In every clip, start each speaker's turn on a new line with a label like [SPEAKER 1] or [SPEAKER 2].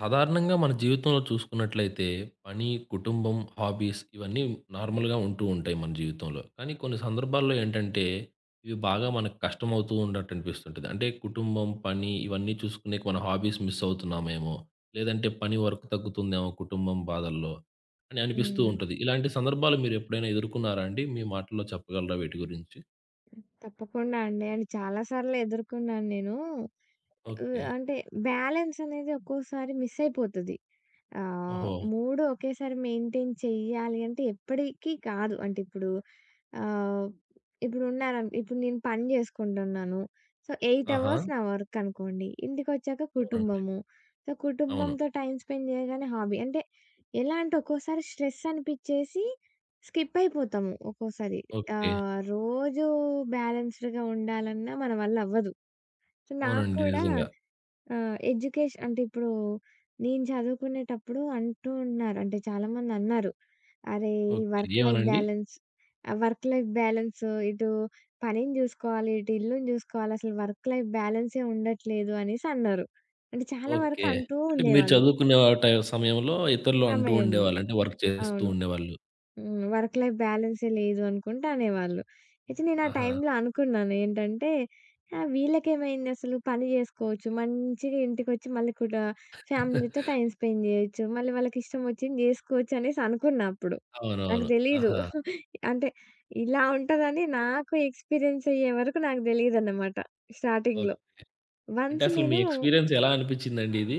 [SPEAKER 1] సాధారణంగా మన జీవితంలో చూసుకున్నట్లయితే పని, కుటుంబం, హాబీస్ ఇవన్నీ నార్మల్‌గా ఉంటూ ఉంటాయి మన జీవితంలో. కానీ కొన్ని సందర్భాల్లో ఏంటంటే ఇవి బాగా మనకు కష్టమవుతూ ఉన్నట్టు అనిపిస్తుంటది. అంటే కుటుంబం, పని ఇవన్నీ చూసుకునే మన హాబీస్ మిస్ అవుతున్నామేమో! లేదంటే పని వర్క్ తగ్గుతుందేమో కుటుంబం బాధల్లో అని అనిపిస్తూ
[SPEAKER 2] హ్మ్.
[SPEAKER 1] ఉంటది. ఇలాంటి సందర్భాలు మీరు ఎప్పుడైనా ఎదుర్కొన్నారా అండి? మీ మాటల్లో చెప్పగలరా వీటి గురించి?
[SPEAKER 2] తప్పకుండా అండి. అది చాలా సార్లు ఎదుర్కొన్నాను నేను.
[SPEAKER 1] ఓకే.
[SPEAKER 2] అంటే బ్యాలెన్స్ అనేది ఒక్కోసారి మిస్ అయిపోతది. ఆహ్,
[SPEAKER 1] ఓహో!
[SPEAKER 2] 3 ఒకేసారి మెయింటైన్ చెయ్యాలి అంటే ఎప్పటికి కాదు. అంటే ఇప్పుడు ఆహ్, ఇప్పుడున్నారను ఇప్పుడు నేను పని జేసుకుంటున్నాను. సో, 8
[SPEAKER 1] ఆహా!
[SPEAKER 2] అవర్స్ నా వర్క్ అనుకోండి. ఇంటికొచ్చాక
[SPEAKER 1] అవునండి.
[SPEAKER 2] కుటుంబము. సో,
[SPEAKER 1] అవును.
[SPEAKER 2] కుటుంబంతో టైమ్ స్పెండ్ చేయగానే హాబీ. అంటే ఎలా అంటే ఒక్కోసారి స్ట్రెస్ అనిపిచ్చేసి స్కిప్ అయిపోతాము ఒక్కోసారి.
[SPEAKER 1] ఓకే.
[SPEAKER 2] రోజు బ్యాలెన్స్‌డ్‌గా ఉండాలన్నా మన వల్ల అవ్వదు. సో, నాకు
[SPEAKER 1] అవునండి.
[SPEAKER 2] కూడా
[SPEAKER 1] నిజంగా.
[SPEAKER 2] ఆ! ఎడ్యుకేష్ అంటే ఇప్పుడు నేను చదువుకునేటప్పుడు అంటూ ఉన్నారు. అంటే చాలామందన్నారు. "అరే! ఈ
[SPEAKER 1] ఓకే.
[SPEAKER 2] వర్క్ లైఫ్
[SPEAKER 1] ఏమనండి?
[SPEAKER 2] బ్యాలెన్స్ ఆ వర్క్ లైఫ్ బ్యాలెన్స్ ఇటు పనిని జూసుకోవాలి, ఇటు ఇల్లుని జూసుకోవాలి. అసలు వర్క్ లైఫ్ బ్యాలెన్సే ఉండట్లేదు" అనేసి అన్నారు. అంటే చాలా వరకు
[SPEAKER 1] ఓకే.
[SPEAKER 2] అంటూ
[SPEAKER 1] అంటే మీరు
[SPEAKER 2] ఉండేవాళ్ళు
[SPEAKER 1] చదువుకునే ఆ సమయంలో ఇతరులు అంటూ
[SPEAKER 2] సమయంలో.
[SPEAKER 1] ఉండేవాళ్ళు. అంటే వర్క్ చేస్తూ
[SPEAKER 2] అవును.
[SPEAKER 1] ఉండేవాళ్ళు.
[SPEAKER 2] హ్మ్. వర్క్ లైఫ్ బ్యాలన్సే లేదు అనుకుంట అనేవాళ్ళు. అయితే నేను ఆ
[SPEAKER 1] ఆహా!
[SPEAKER 2] టైంలో అనుకున్నాను ఏంటంటే, వీళ్ళకేమైందసలు పని జేసుకోవచ్చు. మంచిగా ఇంటికొచ్చి మళ్ళీ కూడా ఫ్యామిలీతో టైమ్ స్పెండ్ జేయొచ్చు. మళ్ళీ వాళ్ళకిష్టం వచ్చింది జేసుకోవచ్చు అనేసి అనుకున్నా అప్పుడు. నాకు
[SPEAKER 1] అవునవును.
[SPEAKER 2] తెలీదు.
[SPEAKER 1] ఆహా!
[SPEAKER 2] అంటే ఇలా ఉంటదని నాకు ఎక్స్‌పీరియన్స్ అయ్యే వరకు నాకు దెలీదన్నమాట
[SPEAKER 1] ఓకే.
[SPEAKER 2] స్టార్టింగ్‌లో.
[SPEAKER 1] అంటే
[SPEAKER 2] వన్స్
[SPEAKER 1] అసలు మీ
[SPEAKER 2] నేను
[SPEAKER 1] ఎక్స్‌పీరియన్స్ ఎలా అనిపిచ్చిందండి ఇది?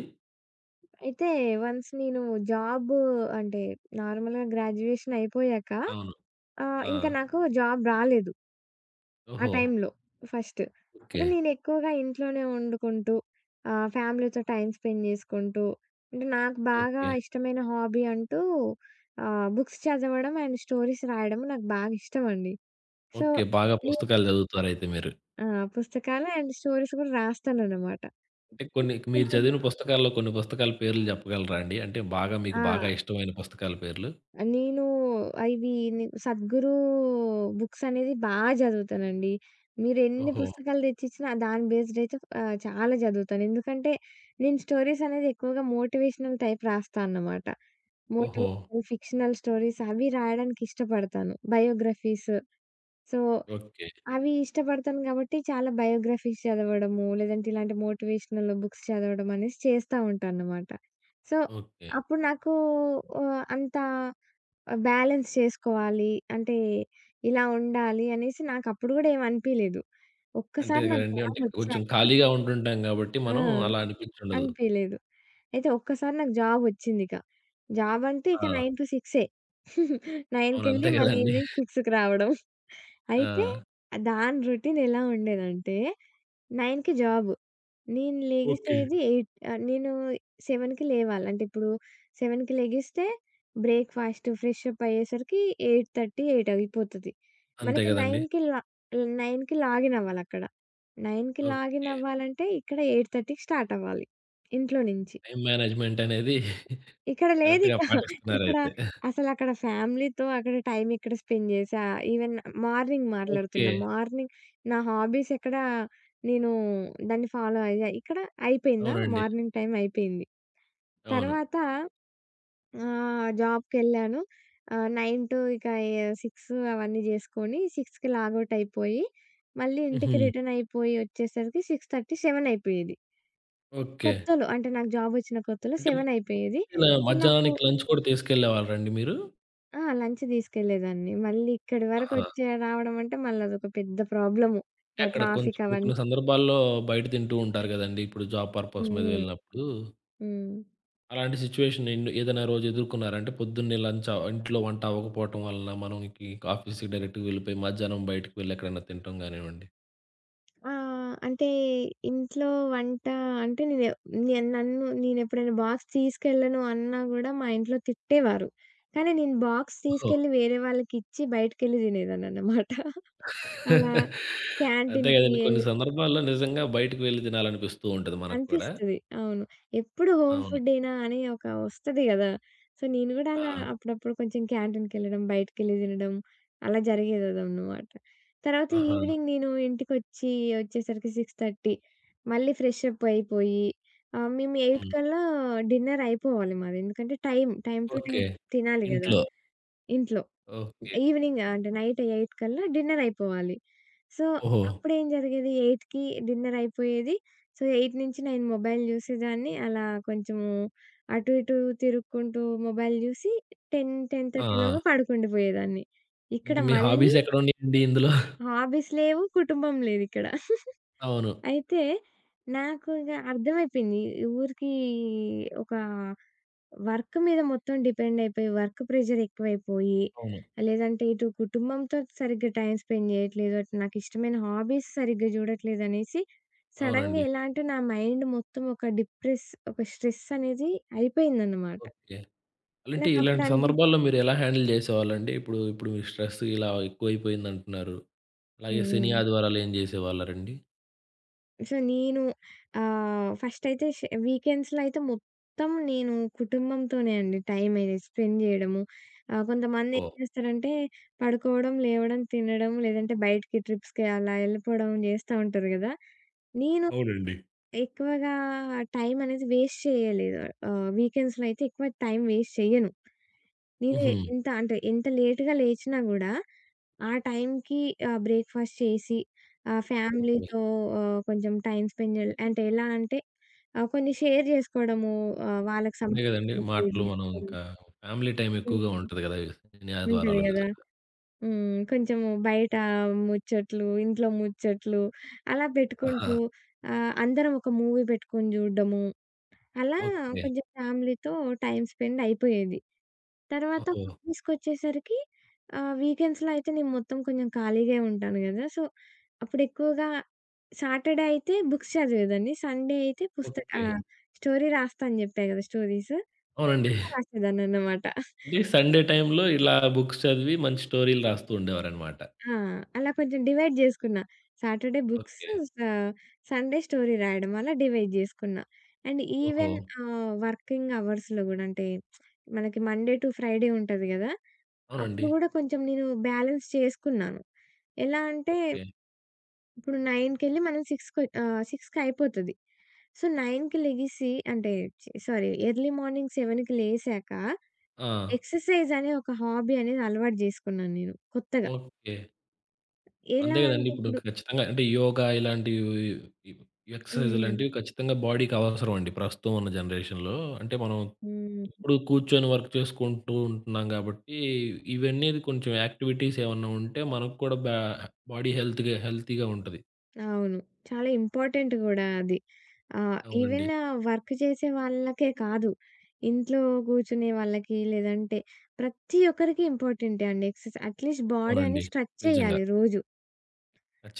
[SPEAKER 2] అయితే వన్స్ నేను జాబు అంటే నార్మల్‌గా గ్రాడ్యుయేషన్ అయిపోయాక
[SPEAKER 1] అవును. ఆ!
[SPEAKER 2] ఇంకా నాకు జాబ్ రాలేదు ఆ
[SPEAKER 1] ఓహో!
[SPEAKER 2] టైంలో ఫస్ట్.
[SPEAKER 1] ఓకే.
[SPEAKER 2] అయితే నేను ఎక్కువగా ఇంట్లోనే వండుకుంటూ ఫ్యామిలీతో టైమ్ స్పెండ్ చేసుకుంటూ అంటే నాకు బాగా
[SPEAKER 1] ఓకే.
[SPEAKER 2] ఇష్టమైన హాబీ అంటూ బుక్స్ చదవడం అండ్ స్టోరీస్ రాయడం నాకు బాగా ఇష్టమండి. So,
[SPEAKER 1] okay. బాగా
[SPEAKER 2] నేను
[SPEAKER 1] పుస్తకాలు చదువుతారయితే మీరు.
[SPEAKER 2] ఆ! పుస్తకాలు అండ్ స్టోరీస్ కూడా రాస్తాననమాట.
[SPEAKER 1] అంటే కొన్ని మీరు
[SPEAKER 2] కొంచెం
[SPEAKER 1] చదివిన పుస్తకాల్లో కొన్ని పుస్తకాల పేర్లు చెప్పగలరా అండి? అంటే బాగా మీకు
[SPEAKER 2] ఆ!
[SPEAKER 1] బాగా ఇష్టమైన పుస్తకాల పేర్లు?
[SPEAKER 2] నేను అవి ని సద్గురు బుక్స్ అనేది బాగా చదువుతానండి. మీరెన్ని
[SPEAKER 1] ఓహో!
[SPEAKER 2] పుస్తకాలు తెచ్చిచ్చినా దాని బేస్డ్ అయితే చాలా చదువుతాను. ఎందుకంటే నేను స్టోరీస్ అనేది ఎక్కువగా మోటివేషనల్ టైప్ రాస్తా అన్నమాట.
[SPEAKER 1] ఓహో!
[SPEAKER 2] మోటివేషనల్, ఫిక్షనల్ స్టోరీస్ అవి రాయడానికి ఇష్టపడతాను. బయోగ్రఫీస్. So
[SPEAKER 1] okay.
[SPEAKER 2] అవి ఇష్టపడతాను గాబట్టి చాలా బయోగ్రఫీస్ చదవడము, లేదంటే ఇలాంటి మోటివేషనల్ బుక్స్ చదవడం అనేసి చేస్తా ఉంటానన్నమాట. So,
[SPEAKER 1] okay.
[SPEAKER 2] అప్పుడు నాకు అంత బ్యాలెన్స్ చేసుకోవాలి. అంటే ఇలా ఉండాలి అనేసి నాకప్పుడు గూడా ఏమి అనిపియలేదు.
[SPEAKER 1] అంతే
[SPEAKER 2] ఒక్కసారి నాకు
[SPEAKER 1] కదండీ. అంటే కొంచెం
[SPEAKER 2] జాబొచ్చాక
[SPEAKER 1] ఖాళీగా ఉంటుంటాం గాబట్టి
[SPEAKER 2] ఆ!
[SPEAKER 1] మనం అలా అనిపిచ్చుండదు.
[SPEAKER 2] అనిపియలేదు. అయితే ఒక్కసారి నాకు జాబొచ్చిందిక. జాబ్ అంటే ఇక
[SPEAKER 1] ఆ!
[SPEAKER 2] 9-6ఏ. 9కెళ్ళి
[SPEAKER 1] అవును. అంతే
[SPEAKER 2] మళ్ళీ
[SPEAKER 1] గదండీ.
[SPEAKER 2] ఈవినింగ్ 6కి రావడం.
[SPEAKER 1] ఆ!
[SPEAKER 2] అయితే దాని రొటీన్ ఎలా ఉండేదంటే 9:00కి జాబ్. నేను
[SPEAKER 1] ఓకే.
[SPEAKER 2] లెగిసేది 8 నేను 7:00కి లేవాలి. అంటే ఇప్పుడు 7:00కి లెగిస్తే బ్రేక్‌ఫాస్ట్, ఫ్రెష్ అప్ అయ్యేసరికి 8:30, 8 అయిపోతది.
[SPEAKER 1] అంతే
[SPEAKER 2] మనకి
[SPEAKER 1] గదండీ.
[SPEAKER 2] 9:00కి లా 9:00కి లాగిన్ అవ్వాలి అక్కడ. 9:00కి లాగిన్
[SPEAKER 1] ఓకే.
[SPEAKER 2] అవ్వాలంటే ఇక్కడ 8:30కి స్టార్ట్ అవ్వాలి ఇంట్లో నుంచి.
[SPEAKER 1] టైమ్ మేనేజ్‌మెంట్ అనేది
[SPEAKER 2] ఇక్కడ
[SPEAKER 1] కరెక్ట్‌గా
[SPEAKER 2] లేదిక. ఇక్కడ
[SPEAKER 1] పాటిస్తున్నారయితే.
[SPEAKER 2] అసలక్కడ ఫ్యామిలీతో అక్కడ టైమ్ ఇక్కడ స్పెండ్ చేశా. Even morning
[SPEAKER 1] okay.
[SPEAKER 2] మాట్లాడుతున్నా. మార్నింగ్ నా హాబీస్ ఎక్కడ నేను దాన్ని ఫాలో అయ్యా. ఇక్కడ అయిపోయిందా
[SPEAKER 1] అవునండి.
[SPEAKER 2] మార్నింగ్ టైం అయిపోయింది.
[SPEAKER 1] అవును.
[SPEAKER 2] తర్వాత జాబ్‌కెళ్ళాను. 9 టు ఇక ఎ 6 అవన్నీ చేసుకొని 6కి లాగౌట్ అయిపోయి, మళ్ళీ
[SPEAKER 1] హుహు.
[SPEAKER 2] ఇంటికి రిటర్న్ అయిపోయి వచ్చేసరికి 6:30, 7 అయిపోయేది.
[SPEAKER 1] ఓకే.
[SPEAKER 2] కొత్తలో అంటే నాకు జాబ్ వచ్చిన కొత్తలో
[SPEAKER 1] అంటే
[SPEAKER 2] 7 అయిపోయేది.
[SPEAKER 1] ఇలా
[SPEAKER 2] సో నాకు
[SPEAKER 1] మధ్యాహ్నానికి లంచ్ కూడా తీసుకెళ్ళేవాళ్ళండి మీరు?
[SPEAKER 2] ఆ! లంచ్ తీసుకెళ్ళేదాన్ని. మళ్ళీ ఇక్కడి
[SPEAKER 1] ఆహా!
[SPEAKER 2] వరకొచ్చే రావడం అంటే మళ్ళదొక పెద్ద ప్రాబ్లము.
[SPEAKER 1] అంటే
[SPEAKER 2] ఆ
[SPEAKER 1] అక్కడ కొంచెం
[SPEAKER 2] ట్రాఫిక్
[SPEAKER 1] కొన్ని
[SPEAKER 2] అవన్నీ.
[SPEAKER 1] కొన్ని సందర్భాల్లో బయట తింటూ ఉంటారు గదండీ. ఇప్పుడు జాబ్
[SPEAKER 2] హ్మ్.
[SPEAKER 1] పర్పస్ మీద
[SPEAKER 2] హ్మ్.
[SPEAKER 1] వెళ్ళినప్పుడు.
[SPEAKER 2] హ్మ్.
[SPEAKER 1] అలాంటి సిట్యుయేషన్ ఏదైనా రోజు ఎదుర్కొన్నారా? అంటే పొద్దున్నే లంచ్ ఇంట్లో వంట అవ్వకపోవటం వలన మనకి ఆఫీస్‌కి డైరెక్ట్‌గా వెళ్ళిపోయి మధ్యాహ్నం బయటకి వెళ్ళి ఎక్కడైనా తినటం గానివ్వండి.
[SPEAKER 2] అంటే ఇంట్లో వంట అంటే నేను నే నన్ను నేనెప్పుడైనా బాక్స్ తీసుకెళ్ళను అన్నా గూడా మా ఇంట్లో తిట్టేవారు. కానీ నేను బాక్స్
[SPEAKER 1] ఓహో!
[SPEAKER 2] తీసుకెళ్ళి వేరే వాళ్ళకిచ్చి బయటికెళ్ళి తినేదాన్ననమాట. అలా
[SPEAKER 1] అంతే
[SPEAKER 2] క్యాంటీన్‌కి
[SPEAKER 1] కదండీ. కొన్ని
[SPEAKER 2] ఎళ్ళి
[SPEAKER 1] సందర్భాల్లో నిజంగా బయటకి వెళ్లి తినాలనిపిస్తూ ఉంటది మనకు కూడా.
[SPEAKER 2] అనిపిస్తది. అవును. ఎప్పుడు హోమ్
[SPEAKER 1] అవును.
[SPEAKER 2] ఫుడ్డేనా అని ఒక వస్తది గదా! సో, నేను గూడా అలా
[SPEAKER 1] ఆ!
[SPEAKER 2] అప్పుడప్పుడు కొంచెం క్యాంటీన్‌కెళ్ళడం, బయటికెళ్ళి తినడం అలా జరిగేదదనమాట. తర్వాత
[SPEAKER 1] ఆహా!
[SPEAKER 2] ఈవినింగ్ నేను ఇంటికొచ్చి వచ్చేసరికి 6:30 మళ్ళీ ఫ్రెష్ అప్ అయిపోయి మేము 8
[SPEAKER 1] హ్మ్.
[SPEAKER 2] కల్లా డిన్నర్ అయిపోవాలి మాది. ఎందుకంటే time, time to
[SPEAKER 1] okay.
[SPEAKER 2] Time తినాలి గదా!
[SPEAKER 1] ఇంట్లో.
[SPEAKER 2] ఇంట్లో.
[SPEAKER 1] ఓకే.
[SPEAKER 2] ఈవినింగ్ అంటే నైట్ 8 కల్లా డిన్నర్ అయిపోవాలి. సో,
[SPEAKER 1] ఓహో!
[SPEAKER 2] అప్పుడేం జరిగేది 8కి డిన్నర్ అయిపోయేది. సో, 8 నుంచి నేను మొబైల్ చూసేదాన్ని. అలా కొంచెము అటు ఇటు తిరుక్కుంటూ మొబైల్ చూసి 10,
[SPEAKER 1] ఆ!
[SPEAKER 2] 10:30
[SPEAKER 1] ఆ!
[SPEAKER 2] లోగా పడుకుండిపోయేదాన్ని. ఇక్కడ
[SPEAKER 1] ఇంక మీ
[SPEAKER 2] మళ్ళీ
[SPEAKER 1] హాబీస్ ఎక్కడున్నాయండి ఇందులో?
[SPEAKER 2] హాబీస్ లేవు, కుటుంబం లేదిక్కడ.
[SPEAKER 1] అవును.
[SPEAKER 2] అయితే నాకు ఇగ అర్థమైపోయింది. ఊరికీ ఒక వర్క్ మీద మొత్తం డిపెండ్ అయిపోయి, వర్క్ ప్రెషర్ ఎక్కువైపోయి,
[SPEAKER 1] అవును.
[SPEAKER 2] లేదంటే ఇటు కుటుంబంతో సరిగ్గా టైమ్ స్పెండ్ జేయట్లేదు. అటు నాకిష్టమైన హాబీస్ సరిగ్గా జూడట్లేదనేసి సడెన్‌గా
[SPEAKER 1] అవునండి.
[SPEAKER 2] ఎలా అంటే నా మైండ్ మొత్తం ఒక డిప్రెస్ ఒక స్ట్రెస్ అనేది అయిపోయిందనమాట.
[SPEAKER 1] ఓకే. అలాంటి
[SPEAKER 2] నాకప్పుడు
[SPEAKER 1] ఇలాంటి
[SPEAKER 2] అనిపిచ్చి
[SPEAKER 1] సందర్భాల్లో మీరెలా హ్యాండిల్ చేసేవాళ్ళండి? ఇప్పుడు ఇప్పుడు మీ స్ట్రెస్ ఇలా ఎక్కువైపోయిందంటున్నారు.
[SPEAKER 2] హ్మ్.
[SPEAKER 1] అలాగే శని,
[SPEAKER 2] హ్మ్.
[SPEAKER 1] ఆదివారాలు ఏం చేసేవాళ్ళరండి?
[SPEAKER 2] సో, నేను ఫస్టయితే ష్ వీకెండ్స్‌లో అయితే మొత్తం నేను కుటుంబంతోనే అండి టైమనేది స్పెండ్ జేయడము. కొంతమందేం
[SPEAKER 1] ఓహ్!
[SPEAKER 2] జేస్తారంటే పడుకోవడం, లేవడం, తినడం లేదంటే బయటికి ట్రిప్స్‌కి అలా యెళ్ళిపోవడం జేస్తా ఉంటారు గదా! నేను
[SPEAKER 1] అవునండి.
[SPEAKER 2] ఎక్కువగా టైమనేది వేస్ట్ చేయలేదు. వీకెండ్స్‌లో అయితే ఎక్కువ టైం వేస్ట్ చెయ్యను. నేనే
[SPEAKER 1] హుహు.
[SPEAKER 2] ఎంత అంటే ఎంత లేట్‌గా లేచినా గూడా, ఆ టైంకి బ్రేక్‌ఫాస్ట్ చేసి,
[SPEAKER 1] ఓకే.
[SPEAKER 2] ఫ్యామిలీతో కొంచెం టైమ్ స్పెండ్ చేయాలి. అంటే ఎలా అంటే కొన్ని షేర్ జేసుకోవడము వాళ్ళకి
[SPEAKER 1] అంతే గదండీ.
[SPEAKER 2] సంబంధించినవి షేర్
[SPEAKER 1] మాటలు మనం
[SPEAKER 2] జేసుకోవడం.
[SPEAKER 1] ఇంకా ఫ్యామిలీ టైమ్
[SPEAKER 2] హ్మ్.
[SPEAKER 1] ఎక్కువగా ఉంటది గదా!
[SPEAKER 2] ఉంటది
[SPEAKER 1] న్యాయద్వారాలో
[SPEAKER 2] గదా!
[SPEAKER 1] నిజంగా.
[SPEAKER 2] హ్మ్. కొంచెము బయట ముచ్చట్లు, ఇంట్లో ముచ్చట్లు అలా
[SPEAKER 1] ఆహా!
[SPEAKER 2] పెట్టుకుంటూ అందరం ఒక మూవీ పెట్టుకొని జూడడము. అలా
[SPEAKER 1] ఓకే.
[SPEAKER 2] కొంచెం ఫ్యామిలీతో టైమ్ స్పెండ్ అయిపోయేది. తర్వాత
[SPEAKER 1] ఓహో!
[SPEAKER 2] ఆఫీస్‌కొచ్చేసరికి వీకెండ్స్‌లో అయితే నేను మొత్తం కొంచెం ఖాళీగే ఉంటాను గదా! సో, అప్పుడెక్కువగా సాటర్‌డే అయితే బుక్స్ చదివేదాన్ని. సండే అయితే పుస్త
[SPEAKER 1] ఓకే.
[SPEAKER 2] ఆహ్, స్టోరీ రాస్తా అని జెప్పా గదా! స్టోరీస్.
[SPEAKER 1] అవునండి.
[SPEAKER 2] అలా రాసేదాన్ననమాట.
[SPEAKER 1] అంటే సండే టైమ్‌లో ఇలా బుక్స్ చదివి మంచి స్టోరీలు రాస్తూ ఉండేవారనమాట.
[SPEAKER 2] ఆ! అలా కొంచెం డివైడ్ జేసుకున్నా. Saturday books,
[SPEAKER 1] okay.
[SPEAKER 2] స సండే స్టోరీ రాయడం అలా డివైడ్ జేసుకున్నా. అండ్
[SPEAKER 1] ఓహో!
[SPEAKER 2] ఈవెన్ వర్కింగ్ అవర్స్‌లో గూడా అంటే మనకి మండే టు ఫ్రైడే ఉంటది గదా!
[SPEAKER 1] అవునండి.
[SPEAKER 2] అప్పుడు గూడా కొంచెం నేను బ్యాలెన్స్ చేసుకున్నాను. ఎలా అంటే
[SPEAKER 1] ఓకే.
[SPEAKER 2] ఇప్పుడు 9కెళ్ళి మనం 6కొ 6కి అయిపోతది. సో, 9కి లెగిసి అంటే ఛీ సారీ ఎర్లీ మార్నింగ్ 7కి లేసాక
[SPEAKER 1] ఆ!
[SPEAKER 2] ఎక్సర్‌సైజ్ అనే ఒక హాబీ అనేది అలవాటు జేసుకున్నాను నేను కొత్తగా.
[SPEAKER 1] ఓకే.
[SPEAKER 2] ఎలా
[SPEAKER 1] అంతే గదండీ.
[SPEAKER 2] అంటే
[SPEAKER 1] ఇప్పుడు
[SPEAKER 2] ఇప్పుడు
[SPEAKER 1] ఖచ్చితంగా అంటే యోగా ఇలాంటివి ఎక్సర్‌సైజ్
[SPEAKER 2] హ్మ్.
[SPEAKER 1] ఇలాంటివి ఖచ్చితంగా బాడీకి అవసరం అండి. ప్రస్తుతం ఉన్న జనరేషన్‌లో అంటే మనం
[SPEAKER 2] హ్మ్.
[SPEAKER 1] ఇప్పుడు కూర్చొని వర్క్ చేసుకుంటూ ఉంటున్నాం గాబట్టి, ఇవన్నీ కొంచెం యాక్టివిటీస్ ఏమన్నా ఉంటే మనకు కూడా బాడీ హెల్త్‌గా హెల్తీగా ఉంటది.
[SPEAKER 2] అవును. చాలా ఇంపార్టెంట్ గూడా అది.
[SPEAKER 1] అవునండి.
[SPEAKER 2] ఈవెన్ వర్క్ చేసే వాళ్ళకే కాదు, ఇంట్లో కూర్చునే వాళ్ళకి లేదంటే ప్రతి ఒక్కరికి ఇంపార్టెంటే అండి ఎక్సర్‌సైజ్. అట్‌లీస్ట్ బాడీ అని
[SPEAKER 1] అవునండి.
[SPEAKER 2] స్ట్రెచ్
[SPEAKER 1] నిజంగా.
[SPEAKER 2] చేయాలి రోజు.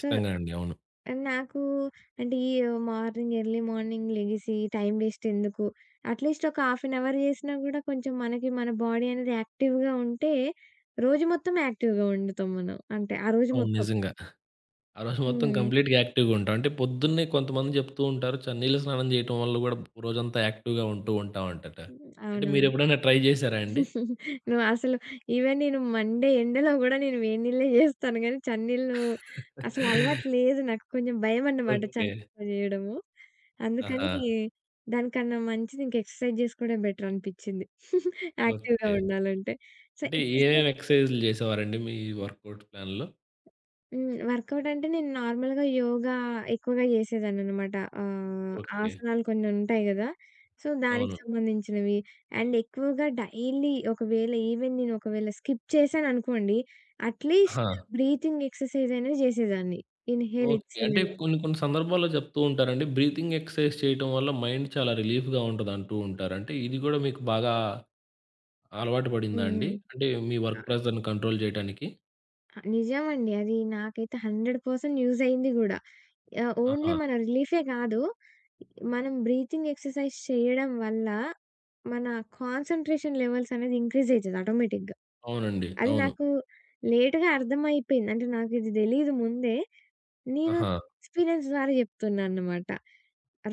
[SPEAKER 2] సో,
[SPEAKER 1] అండి. అవును.
[SPEAKER 2] నాకు అంటే ఈ మార్నింగ్ ఎర్లీ మార్నింగ్ లెగిసి టైం వేస్ట్ ఎందుకు? అట్‌లీస్ట్ ఒక హాఫ్ అన్ అవర్ చేసినా కూడా కొంచెం మనకి మన బాడీ అనేది యాక్టివ్‌గా ఉంటే, రోజు మొత్తం యాక్టివ్‌గా ఉండుతాం మనం. అంటే ఆ రోజు
[SPEAKER 1] అవును.
[SPEAKER 2] మొత్తం.
[SPEAKER 1] నిజంగా. ఆ రోజు మొత్తం
[SPEAKER 2] హ్మ్.
[SPEAKER 1] కంప్లీట్‌గా యాక్టివ్‌గా ఉంటాం. అంటే పొద్దున్నే కొంతమంది చెప్తూ ఉంటారు. నీళ్ళ స్నానం చేయటం వల్ల గూడా రోజంతా యాక్టివ్‌గా ఉంటూ ఉంటామంటట. అంటే
[SPEAKER 2] అవునవును.
[SPEAKER 1] మీరెప్పుడైనా ట్రై చేసారా అండి?
[SPEAKER 2] నువ్వు అసలు ఈవెన్ నేను మండే ఎండలో గూడా నేను వేడి నీళ్ళే జేస్తాను గానీ, చన్నీళ్ళు అసలు అలవాటు లేదు నాకు. కొంచెం భయమన్నమాట
[SPEAKER 1] ఓకే.
[SPEAKER 2] చన్నీళ్ళతో జేయడము.
[SPEAKER 1] ఆహా!
[SPEAKER 2] అందుకని దానికన్నా మంచిది ఇంక ఎక్సర్‌సైజ్ జేసుకోవడమే బెటర్ అనిపిచ్చింది యాక్టివ్‌గా
[SPEAKER 1] ఓకే.
[SPEAKER 2] ఉండాలంటే. సో,
[SPEAKER 1] అంటే ఏమేమి
[SPEAKER 2] ఎక్సర్‌సైజ్
[SPEAKER 1] ఎక్సర్‌సైజ్‌లు చేసేవారండి మీ వర్కౌట్ ప్లాన్‌లో?
[SPEAKER 2] హ్మ్. వర్కౌట్ అంటే నేను నార్మల్‌గా యోగా ఎక్కువగా చేసేదాన్ననమాట.
[SPEAKER 1] ఓకే.
[SPEAKER 2] ఆసనాలు కొన్ని ఉంటాయి గదా! సో, దానికి
[SPEAKER 1] అవును.
[SPEAKER 2] సంబంధించినవి. అండ్ ఎక్కువగా డైలీ ఒకవేళ ఈవెన్ నేను ఒకవేళ స్కిప్ చేశాననుకోండి,
[SPEAKER 1] ఆహా!
[SPEAKER 2] అట్‌లీస్ట్ బ్రీతింగ్ ఎక్సర్‌సైజ్ అనేది చేసేదాన్ని. Inhale,
[SPEAKER 1] okay.
[SPEAKER 2] ఎక్స్‌హేల్
[SPEAKER 1] అంటే
[SPEAKER 2] అనేసి.
[SPEAKER 1] కొన్ని కొన్ని సందర్భాల్లో చెప్తూ ఉంటారండి. బ్రీతింగ్ ఎక్సర్‌సైజ్ చేయటం వల్ల మైండ్ చాలా రిలీఫ్‌గా ఉంటదంటూ ఉంటారు. అంటే ఇది గూడా మీకు బాగా అలవాటు పడిందా
[SPEAKER 2] హ్మ్.
[SPEAKER 1] అండి?
[SPEAKER 2] హ్మ్.
[SPEAKER 1] అంటే మీ వర్క్
[SPEAKER 2] ఆ!
[SPEAKER 1] ప్రెషర్‌ని కంట్రోల్ చేయటానికి?
[SPEAKER 2] నిజమండి. అది నాకైతే 100% యూజ్ అయింది గూడా. ఓన్లీ
[SPEAKER 1] ఆహా!
[SPEAKER 2] మన రిలీఫే కాదు. మనం బ్రీతింగ్ ఎక్సర్‌సైజ్ చేయడం వల్ల మన కాన్సంట్రేషన్ లెవెల్స్ అనేది ఇంక్రీజ్ అయితది ఆటోమేటిక్‌గా.
[SPEAKER 1] అవునండి.
[SPEAKER 2] అది
[SPEAKER 1] అవును.
[SPEAKER 2] నాకు లేట్‌గా అర్థమైపోయింది. అంటే నాకిది తెలీదు ముందే. నేను
[SPEAKER 1] ఆహా!
[SPEAKER 2] ఎక్స్‌పీరియన్స్ ద్వారా చెప్తున్నానన్నమాట.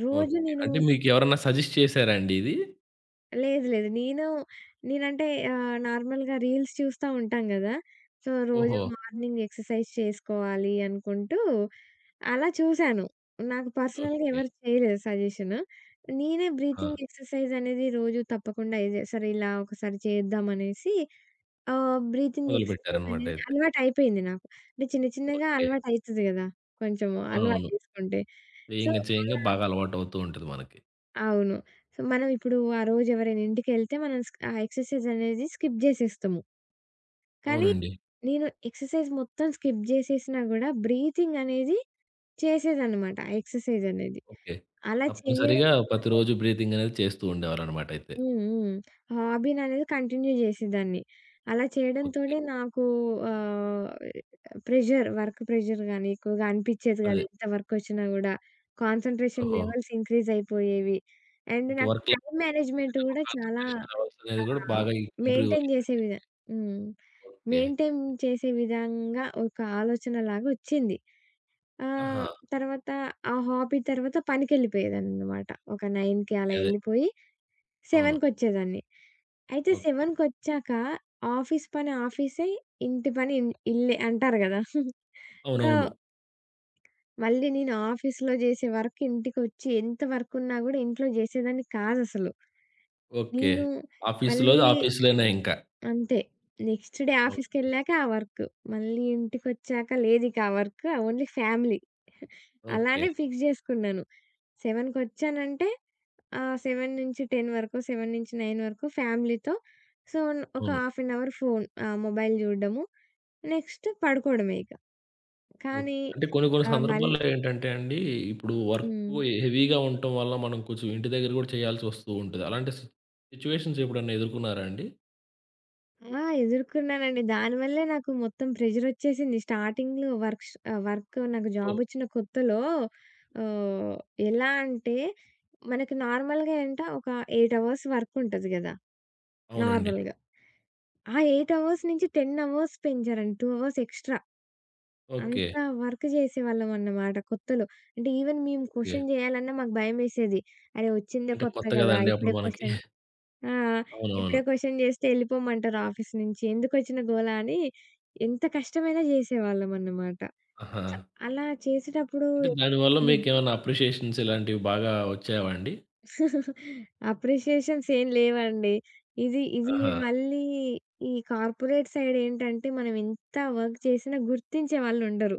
[SPEAKER 2] రోజు
[SPEAKER 1] ఓకే.
[SPEAKER 2] నేను
[SPEAKER 1] అంటే మీకెవరన్నా సజెస్ట్ చేసారా అండి ఇది?
[SPEAKER 2] లేదు. లేదు. నేను నేనంటే నార్మల్‌గా రీల్స్ చూస్తా ఉంటాం గదా! సో, రోజు
[SPEAKER 1] ఓహో!
[SPEAKER 2] మార్నింగ్ ఎక్సర్సైజ్ చేసుకోవాలి అనుకుంటూ అలా చూశాను. నాకు పర్సనల్‌గా
[SPEAKER 1] ఓకే.
[SPEAKER 2] ఎవరు చేయలేదు సజెషను. నేనే
[SPEAKER 1] ఆ!
[SPEAKER 2] బ్రీతింగ్ ఎక్సర్సైజ్ అనేది రోజు తప్పకుండా ఇది సరే ఇలా ఒకసారి చేద్దాం అనేసి బ్రీతింగ్ ఎక్సర్సైజ్
[SPEAKER 1] మొదలుపెట్టారనమాట
[SPEAKER 2] అనేది
[SPEAKER 1] అయితే.
[SPEAKER 2] అలవాటయిపోయింది నాకు. అంటే చిన్న చిన్నగా
[SPEAKER 1] ఓకే.
[SPEAKER 2] అలవాటయితది గదా! కొంచెం అలవాటు
[SPEAKER 1] అవునవును.
[SPEAKER 2] చేసుకుంటే. సో,
[SPEAKER 1] చేయంగా చేయంగా
[SPEAKER 2] అలా
[SPEAKER 1] బాగా అలవాటవుతూ ఉంటది మనకి.
[SPEAKER 2] అవును. సో, మనం ఇప్పుడు ఆ రోజు ఎవరైనా ఇంటికెళ్తే మనం స్క్ ఆ ఎక్సర్సైజ్ అనేది స్కిప్ జేసేస్తాము. కానీ
[SPEAKER 1] అవునండి.
[SPEAKER 2] నేను ఎక్సర్సైజ్ మొత్తం స్కిప్ జేసేసినా గూడా బ్రీతింగ్ అనేది చేసేదనమాట. ఆ ఎక్సర్సైజ్ అనేది.
[SPEAKER 1] ఓకే.
[SPEAKER 2] అలా చేయడం
[SPEAKER 1] తప్పనిసరిగా
[SPEAKER 2] వల్లే
[SPEAKER 1] ప్రతిరోజు బ్రీతింగ్ అనేది చేస్తూ ఉండేవారనమాట అయితే.
[SPEAKER 2] హ్మ్. హ్మ్. హాబీననేది కంటిన్యూ జేసేదాన్ని. అలా
[SPEAKER 1] ఓకే.
[SPEAKER 2] చేయడంతోనే నాకు ఆహ్, ప్రెషర్ వర్క్ ప్రెషర్ గాని ఎక్కువగా అనిపిచ్చేది గాదు.
[SPEAKER 1] అదే.
[SPEAKER 2] ఎంత వర్కొచ్చినా గూడా. కాన్సంట్రేషన్
[SPEAKER 1] ఓహో!
[SPEAKER 2] Levels increase అయిపోయేవి. అండ్
[SPEAKER 1] ఇంక
[SPEAKER 2] నాకు
[SPEAKER 1] వర్క్ లైఫ్
[SPEAKER 2] టైమ్ మేనేజ్‌మెంట్ గూడా చాలా
[SPEAKER 1] కాన్సంట్రేషన్ అవర్స్
[SPEAKER 2] ఆ!
[SPEAKER 1] అనేది గూడా బాగా ఇంప్రూవ్
[SPEAKER 2] మెయింటైన్
[SPEAKER 1] అయింది.
[SPEAKER 2] జేసే విధ హ్మ్.
[SPEAKER 1] ఓకే.
[SPEAKER 2] మెయింటైన్ చేసే విధంగా ఒక ఆలోచనలాగా ఒచ్చింది. ఆహ్,
[SPEAKER 1] ఆహా!
[SPEAKER 2] తర్వాత ఆ హాబీ తర్వాత పనికెళ్ళిపోయేదాన్ననమాట. ఒక 9కి
[SPEAKER 1] ఓకే.
[SPEAKER 2] అలా
[SPEAKER 1] అదే.
[SPEAKER 2] ఎళ్ళిపోయి
[SPEAKER 1] అవును.
[SPEAKER 2] 7కొచ్చేదాన్ని. అయితే
[SPEAKER 1] ఓకే.
[SPEAKER 2] 7కొచ్చాక ఆఫీస్ పని ఆఫీసే, ఇంటి పని ఇన్ ఇల్లే అంటారు గదా!
[SPEAKER 1] అవునవును.
[SPEAKER 2] సో, మళ్ళీ నేను ఆఫీస్‌లో జేసే వర్క్ ఇంటికొచ్చి ఎంత వర్కున్నా గూడా ఇంట్లో జేసేదాన్ని కాదసలు.
[SPEAKER 1] ఓకే.
[SPEAKER 2] నేను మళ్ళీ
[SPEAKER 1] ఆఫీస్‌లోది ఆఫీస్‌లోనే ఇంకా.
[SPEAKER 2] అంతే. Next day
[SPEAKER 1] okay.
[SPEAKER 2] ఆఫీస్‌కెళ్ళాక ఆ వర్క్. మళ్ళీ ఇంటికొచ్చాక లేదిక ఆ వర్క్. Only family.
[SPEAKER 1] ఓకే.
[SPEAKER 2] అలానే ఫిక్స్ జేసుకున్నాను. 7:00కొచ్చానంటే 7-10 వరకు, 7-9 వరకు ఫ్యామిలీతో. సో, ఒక
[SPEAKER 1] అవును.
[SPEAKER 2] Half an hour phone mobile జూడడము. నెక్స్ట్ పడుకోవడమే ఇక.
[SPEAKER 1] ఓకే.
[SPEAKER 2] కానీ
[SPEAKER 1] అంటే కొన్ని కొన్ని
[SPEAKER 2] ఆహ్ మళ్
[SPEAKER 1] సందర్భాల్లో ఏంటంటే అండి, ఇప్పుడు
[SPEAKER 2] హ్మ్.
[SPEAKER 1] వర్కు హెవీగా ఉండటం వల్ల మనం కొంచెం ఇంటి దగ్గర గూడా చేయాల్సొస్తూ ఉంటది. అలాంటి సి సిట్యుయేషన్స్ ఎప్పుడన్నా ఎదుర్కొన్నారా అండి?
[SPEAKER 2] ఆ! ఎదుర్కున్నానండి. దానివల్లే నాకు మొత్తం ప్రెషరొచ్చేసింది. స్టార్టింగ్‌లో వర్క్‌ష్ వర్క్ నాకు
[SPEAKER 1] ఓకే.
[SPEAKER 2] జాబొచ్చిన కొత్తలో ఆహ్, ఎలా అంటే మనకి నార్మల్‌గా ఏంట ఒక 8 అవర్స్ వర్కుంటది గదా!
[SPEAKER 1] అవునండి.
[SPEAKER 2] నార్మల్‌గా. ఆ 8 అవర్స్ నుంచి 10 అవర్స్ పెంచారండి. 2 అవర్స్ ఎక్స్‌ట్రా.
[SPEAKER 1] ఓకే.
[SPEAKER 2] అంత వర్క్ చేసేవాళ్ళమన్నమాట కొత్తలో. అంటే ఈవెన్ మేము
[SPEAKER 1] ఓకే.
[SPEAKER 2] క్వెషన్ చేయాలన్నా మాకు భయమేసేది. అరే! వచ్చిందే
[SPEAKER 1] అంటే
[SPEAKER 2] కొత్త
[SPEAKER 1] కొత్త
[SPEAKER 2] గదా!
[SPEAKER 1] గదండీ అప్పుడు
[SPEAKER 2] ఇప్పుడే
[SPEAKER 1] మనకి.
[SPEAKER 2] క్వెషన్ ఆ!
[SPEAKER 1] అవునవును.
[SPEAKER 2] ఇప్పుడే క్వెషన్ జేస్తే ఎళ్ళిపోమంటారు ఆఫీస్ నుంచి. ఎందుకొచ్చిన గోల అని ఎంత కష్టమైనా జేసేవాళ్ళమన్నమాట.
[SPEAKER 1] ఆహా!
[SPEAKER 2] అలా చేసేటప్పుడు
[SPEAKER 1] అంటే దానివల్ల మీకేమన్నా అప్రిషియేషన్స్ ఇలాంటివి బాగా వచ్చావా అండి?
[SPEAKER 2] అప్రిషియేషన్స్ ఏం లేవండి. ఇది ఇది
[SPEAKER 1] ఆహా!
[SPEAKER 2] మళ్ళీ ఈ కార్పొరేట్ సైడ్ ఏంటంటే మనం ఎంత వర్క్ చేసినా గుర్తించే వాళ్ళుండరు.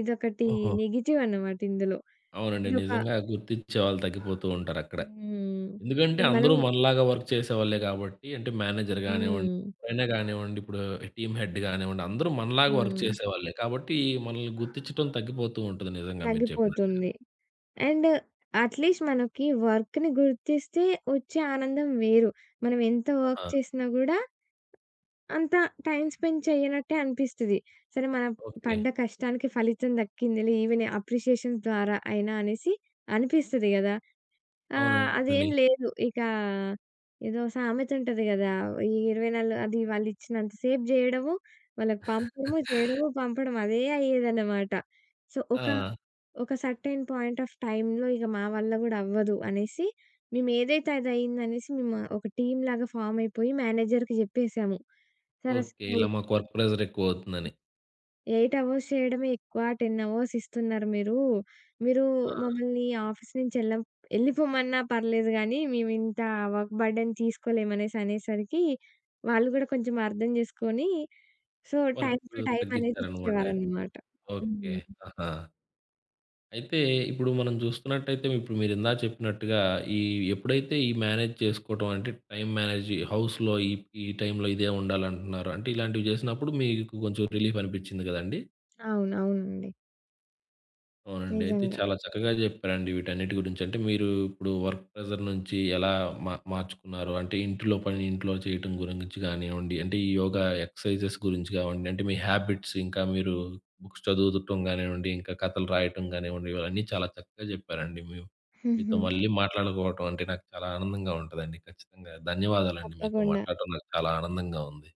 [SPEAKER 2] ఇదొకటి
[SPEAKER 1] ఓహో!
[SPEAKER 2] నెగెటివ్ అన్నమాట ఇందులో.
[SPEAKER 1] అవునండి.
[SPEAKER 2] ఇదొక
[SPEAKER 1] నిజంగా గుర్తిచ్చే వాళ్ళు తగ్గిపోతూ ఉంటారక్కడ.
[SPEAKER 2] హ్మ్.
[SPEAKER 1] ఎందుకంటే అందరూ
[SPEAKER 2] మనం
[SPEAKER 1] మనలాగా వర్క్ చేసేవాళ్ళే కాబట్టి అంటే మేనేజర్ గానివ్వండి,
[SPEAKER 2] హ్మ్.
[SPEAKER 1] ఎవరైనా గానివ్వండి, ఇప్పుడు టీమ్ హెడ్ గానివ్వండి, అందరూ మనలాగా వర్క్
[SPEAKER 2] హ్మ్.
[SPEAKER 1] చేసేవాళ్ళే. కాబట్టి మనల్ని గుర్తిచ్చటం తగ్గిపోతూ ఉంటది నిజంగా మీరు చెప్పినట్టు.
[SPEAKER 2] తగ్గిపోతుంది. అండ్ అట్‌లీస్ట్ మనకి వర్క్‌ని గుర్తిస్తే వచ్చే ఆనందం వేరు. మనం ఎంత వర్క్
[SPEAKER 1] ఆహా!
[SPEAKER 2] చేసినా గూడా అంత టైమ్ స్పెండ్ చేయనట్టే అనిపిస్తది. సరే మనం
[SPEAKER 1] ఓకే.
[SPEAKER 2] పడ్డ కష్టానికి ఫలితం దక్కిందిలే ఈవెన్ అప్రిషియేషన్స్ ద్వారా అయినా అనేసి అనిపిస్తది గదా!
[SPEAKER 1] అవునండి.
[SPEAKER 2] అదేం లేదు. ఇక ఏదో సామెత ఉంటది గదా! ఈ 24 అది వాళ్ళిచ్చినంత సేపు జేయడము, వాళ్ళకి పంపడము, చేయడము, పంపడం అదే అయ్యేదన్నమాట. సో, ఒక
[SPEAKER 1] ఆ!
[SPEAKER 2] ఒక సర్టెన్ పాయింట్ ఆఫ్ టైమ్‌లో ఇక మా వల్ల గూడా అవ్వదు అనేసి, మేమేదైతే అదయిందనేసి మేము ఒక టీమ్‌లాగా ఫార్మ్ అయిపోయి మేనేజర్‌కి జెప్పేసాము. Sir
[SPEAKER 1] okay.
[SPEAKER 2] అసలు
[SPEAKER 1] ఇలా మాకు వర్క్ ప్రెషర్ ఎక్కువవుతుందని.
[SPEAKER 2] 8 అవర్స్ చేయడమే ఎక్కువ, 10 అవర్స్ ఇస్తున్నారు మీరు. మీరు
[SPEAKER 1] ఆ!
[SPEAKER 2] మమ్మల్ని ఆఫీస్ నుంచి ఎళ్ళం ఎళ్ళిపోమన్నా పర్లేదు గానీ, మేమింత వర్క్ బర్డెన్ తీసుకోలేమనేసి అనేసరికి, వాళ్ళు గూడా కొంచెం అర్థం జేసుకొని, so, time
[SPEAKER 1] work
[SPEAKER 2] to time అనేది
[SPEAKER 1] తగ్గిచ్చారనమాట అయితే.
[SPEAKER 2] ఇచ్చేవారనమాట.
[SPEAKER 1] ఓకే.
[SPEAKER 2] హ్మ్.
[SPEAKER 1] ఆహా! అయితే ఇప్పుడు మనం చూస్తున్నట్టయితే ఇప్పుడు మీరిందాక చెప్పినట్టుగా ఈ ఎప్పుడైతే ఈ మేనేజ్ చేసుకోవటం అంటే టైం మేనేజ్ హౌస్‌లో ఈ ఈ టైంలో ఇదే ఉండాలంటున్నారు. అంటే ఇలాంటివి చేసినప్పుడు మీకు కొంచెం రిలీఫ్ అనిపించింది కదండీ!
[SPEAKER 2] అవును. అవునండి.
[SPEAKER 1] అవునండి. అయితే
[SPEAKER 2] నిజంగా.
[SPEAKER 1] చాలా చక్కగా చెప్పారండి వీటన్నిటి గురించి. అంటే మీరు ఇప్పుడు వర్క్ ప్రెషర్ నుంచి ఎలా మార్చుకున్నారు? అంటే ఇంట్లో పని ఇంట్లో చేయటం గురించి గానివ్వండి, అంటే ఈ యోగా ఎక్సర్సైజెస్ గురించి కావండి, అంటే మీ హ్యాబిట్స్ ఇంకా మీరు బుక్స్ చదువుతుండటం గానివ్వండి, ఇంకా కథలు రాయటం గానివ్వండి, ఇవన్నీ చాలా చక్కగా చెప్పారండి. మీతో మళ్ళీ మాట్లాడుకోవటం అంటే నాకు చాలా ఆనందంగా ఉంటదండి. ఖచ్చితంగా ధన్యవాదాలండి. మీతో
[SPEAKER 2] తప్పకుండా.
[SPEAKER 1] మాట్లాడటం నాకు చాలా ఆనందంగా ఉంది.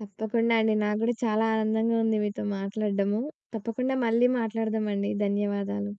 [SPEAKER 2] తప్పకుండా అండి. నాకు గూడా చాలా ఆనందంగా ఉంది మీతో మాట్లాడడము. తప్పకుండా మళ్ళీ మాట్లాడదామండి. ధన్యవాదాలు.